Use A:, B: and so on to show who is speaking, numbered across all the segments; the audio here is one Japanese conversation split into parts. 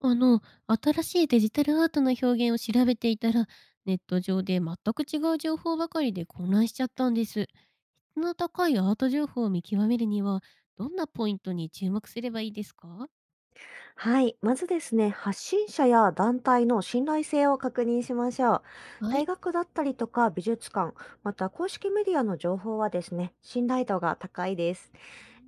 A: あの、新しいデジタルアートの表現を調べていたら、ネット上で全く違う情報ばかりで混乱しちゃったんです。質の高いアート情報を見極めるには、どんなポイントに注目すればいいですか？
B: はい。まずですね、発信者や団体の信頼性を確認しましょう。
A: は
B: 大
A: い。
B: 学だったりとか美術館、また公式メディアの情報はですね、信頼度が高いです。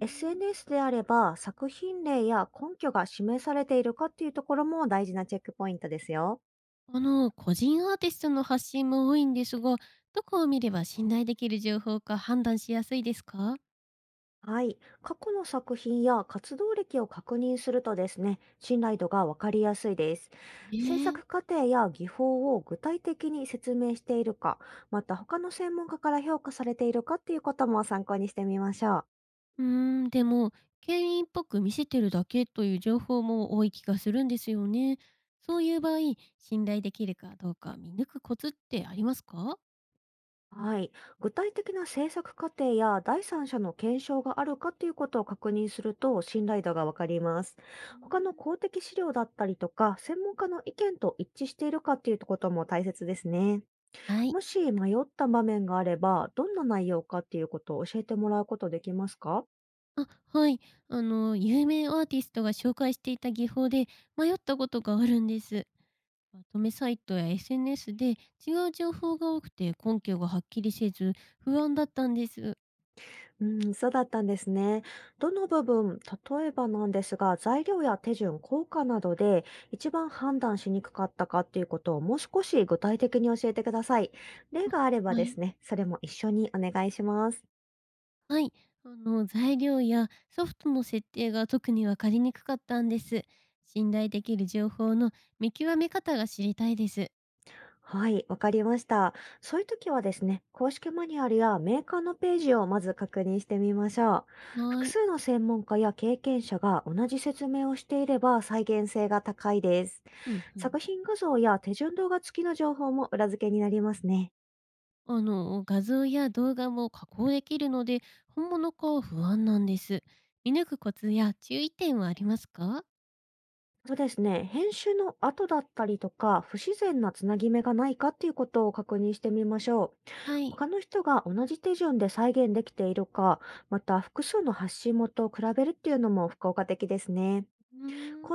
B: SNS であれば作品例や根拠が示されているかっていうところも大事なチェックポイントですよ。
A: 個人アーティストの発信も多いんですが、どこを見れば信頼できる情報か判断しやすいですか？
B: はい。過去の作品や活動歴を確認するとですね、信頼度がわかりやすいです。
A: え
B: 制
A: え。
B: 作過程や技法を具体的に説明しているか、また他の専門家から評価されているかっていうことも参考にしてみましょう。
A: うーでも、権威っぽく見せてるだけという情報も多い気がするんですよね。そういう場合、信頼できるかどうか見抜くコツってありますか？
B: はい。具体的な制作過程や第三者の検証があるかっていうことを確認すると信頼度がわかります。
A: うーん。
B: 他の公的資料だったりとか、専門家の意見と一致しているかっていうことも大切ですね。
A: はい。
B: もし迷った場面があれば、どんな内容かっていうことを教えてもらうことできますか？
A: あ、はい。あの、有名アーティストが紹介していた技法で迷ったことがあるんです。まとめサイトや SNS で違う情報が多くて根拠がはっきりせず不安だったんです。
B: うん、そうだったんですね。どの部分、例えばなんですが、材料や手順、効果などで一番判断しにくかったかっていうことをもう少し具体的に教えてください。例
A: あ、
B: があれば
A: は
B: で
A: い。
B: すね、それも一緒にお願いします。
A: はい、あの材料やソフトの設定が特に分かりにくかったんです。信頼できる情報の見極め方が知りたいです。
B: はい、わかりました。そういう時はですね、公式マニュアルやメーカーのページをまず確認してみましょう。
A: は
B: 複
A: い。
B: 数の専門家や経験者が同じ説明をしていれば再現性が高いです。
A: うんうん。
B: 作品画像や手順動画付きの情報も裏付けになりますね。
A: あの画像や動画も加工できるので本物か不安なんです。見抜くコツや注意点はありますか？
B: そうですね。編集の後だったりとか、不自然なつなぎ目がないかっていうことを確認してみましょう。
A: はい。
B: 他の人が同じ手順で再現できているか、また複数の発信元を比べるっていうのも効果的ですね。
A: うー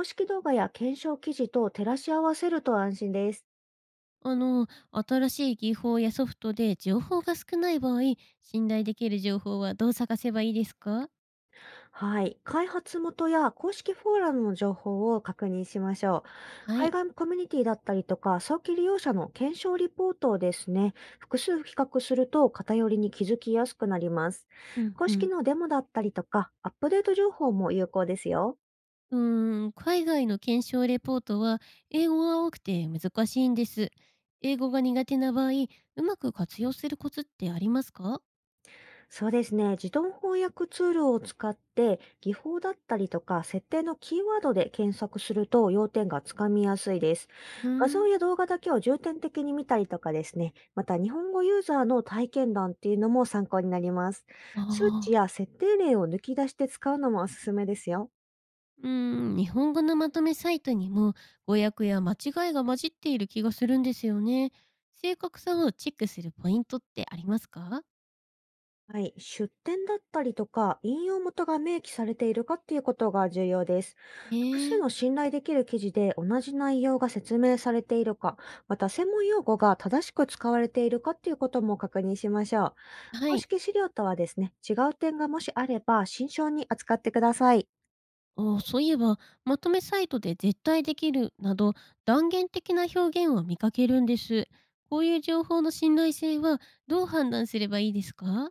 A: ん。
B: 式動画や検証記事と照らし合わせると安心です。
A: あの新しい技法やソフトで情報が少ない場合、信頼できる情報はどう探せばいいですか？
B: はい。開発元や公式フォーラムの情報を確認しましょう。
A: はい。
B: 海外コミュニティだったりとか、早期利用者の検証リポートをですね、複数比較すると偏りに気づきやすくなります。
A: うん
B: 公
A: う
B: 式
A: ん。
B: のデモだったりとか、アップデート情報も有効ですよ。
A: 海外の検証レポートは英語が多くて難しいんです。英語が苦手な場合、うまく活用するコツってありますか？
B: そうですね。自動翻訳ツールを使って、技法だったりとか、設定のキーワードで検索すると要点がつかみやすいです。
A: うー
B: 画像
A: ん。
B: や動画だけを重点的に見たりとかですね。また、日本語ユーザーの体験談っていうのも参考になります。数値
A: ああ。
B: や設定例を抜き出して使うのもおすすめですよ。
A: 日本語のまとめサイトにも語訳や間違いが混じっている気がするんですよね。正確さをチェックするポイントってありますか？
B: はい、出典だったりとか、引用元が明記されているかっていうことが重要です。
A: え
B: 複数
A: え。
B: の信頼できる記事で同じ内容が説明されているか、また専門用語が正しく使われているかっていうことも確認しましょう。
A: は
B: 公
A: い。
B: 式資料とはですね、違う点がもしあれば慎重に扱ってください。
A: ああ、そういえば、まとめサイトで絶対できるなど断言的な表現を見かけるんです。こういう情報の信頼性はどう判断すればいいですか？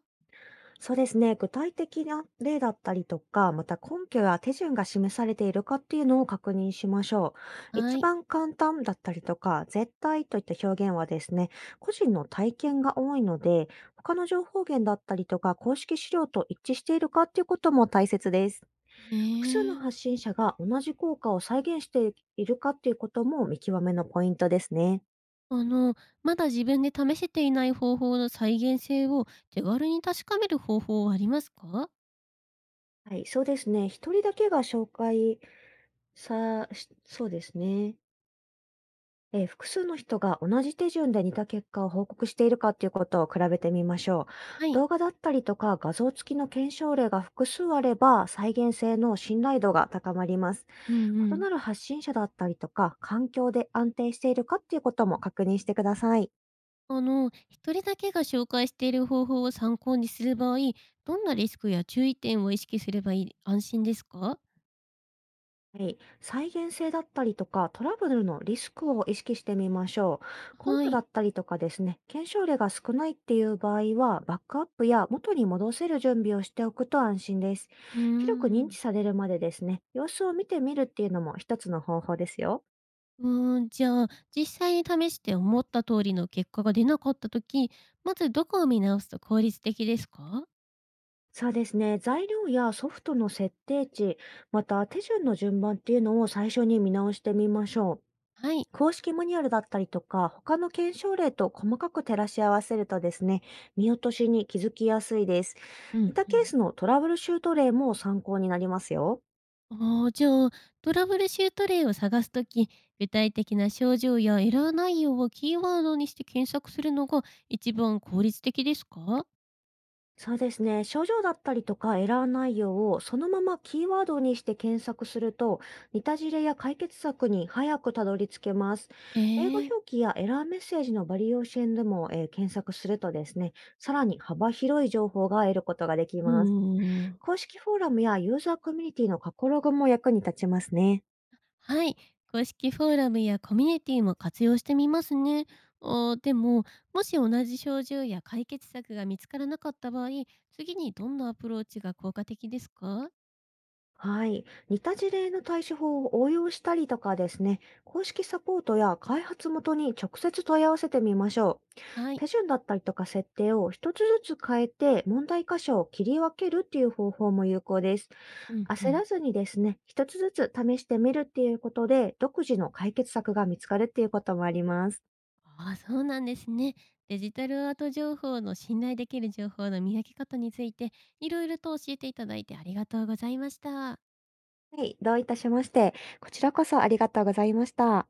B: そうですね。具体的な例だったりとか、また根拠や手順が示されているかっていうのを確認しましょう。
A: は
B: 一
A: い。
B: 番簡単だったりとか、絶対といった表現はですね、個人の体験が多いので、他の情報源だったりとか、公式資料と一致しているかっていうことも大切です。
A: え
B: 複数の
A: え。
B: 発信者が同じ効果を再現しているかっていうことも見極めのポイントですね。
A: あの、まだ自分で試せていない方法の再現性を手軽に確かめる方法はありますか？
B: はい、そうですね。一人だけが紹介さ、しそうですね。複数の人が同じ手順で似た結果を報告しているかということを比べてみましょう。
A: はい。
B: 動画だったりとか画像付きの検証例が複数あれば、再現性の信頼度が高まります。
A: うんう
B: 異
A: ん。
B: なる発信者だったりとか、環境で安定しているかということも確認してください。
A: あの、一人だけが紹介している方法を参考にする場合、どんなリスクや注意点を意識すればいい、安心ですか？
B: はい、再現性だったりとか、トラブルのリスクを意識してみましょう。根
A: は
B: 拠だ
A: い。
B: ったりとかですね、検証例が少ないっていう場合は、バックアップや元に戻せる準備をしておくと安心です。
A: うー
B: 広く認
A: ん。
B: 知されるまでですね、様子を見てみるっていうのも一つの方法ですよ。
A: じゃあ、実際に試して思った通りの結果が出なかった時、まずどこを見直すと効率的ですか？
B: そうですね、材料やソフトの設定値、また手順の順番っていうのを最初に見直してみましょう。
A: はい。
B: 公式マニュアルだったりとか、他の検証例と細かく照らし合わせるとですね、見落としに気づきやすいです。
A: うん
B: 似た
A: う
B: ケー
A: ん。
B: スのトラブルシュート例も参考になりますよ。
A: ああ、じゃあ、トラブルシュート例を探す時、具体的な症状やエラー内容をキーワードにして検索するのが一番効率的ですか？
B: そうですね、症状だったりとかエラー内容をそのままキーワードにして検索すると、似た事例や解決策に早くたどり着けます。
A: え
B: 英語
A: えー。
B: 表記やエラーメッセージのバリエーションでも、検索するとですね、さらに幅広い情報が得ることができ
A: う
B: ます。
A: ーん。
B: 公式フォーラムやユーザーコミュニティの過去ログも役に立ちますね。
A: はい、公式フォーラムやコミュニティも活用してみますね。あー、でも、もし同じ症状や解決策が見つからなかった場合、次にどんなアプローチが効果的ですか？
B: はい。似た事例の対処法を応用したりとかですね、公式サポートや開発元に直接問い合わせてみましょう。
A: はい。
B: 手順だったりとか設定を一つずつ変えて問題箇所を切り分けるっていう方法も有効です。
A: うんう
B: 焦
A: ん。
B: らずにですね、一つずつ試してみるっていうことで、独自の解決策が見つかるっていうこともあります。
A: ああ、そうなんですね。デジタルアート情報の信頼できる情報の見分け方について、いろいろと教えていただいてありがとうございました。
B: はい。どういたしまして、こちらこそありがとうございました。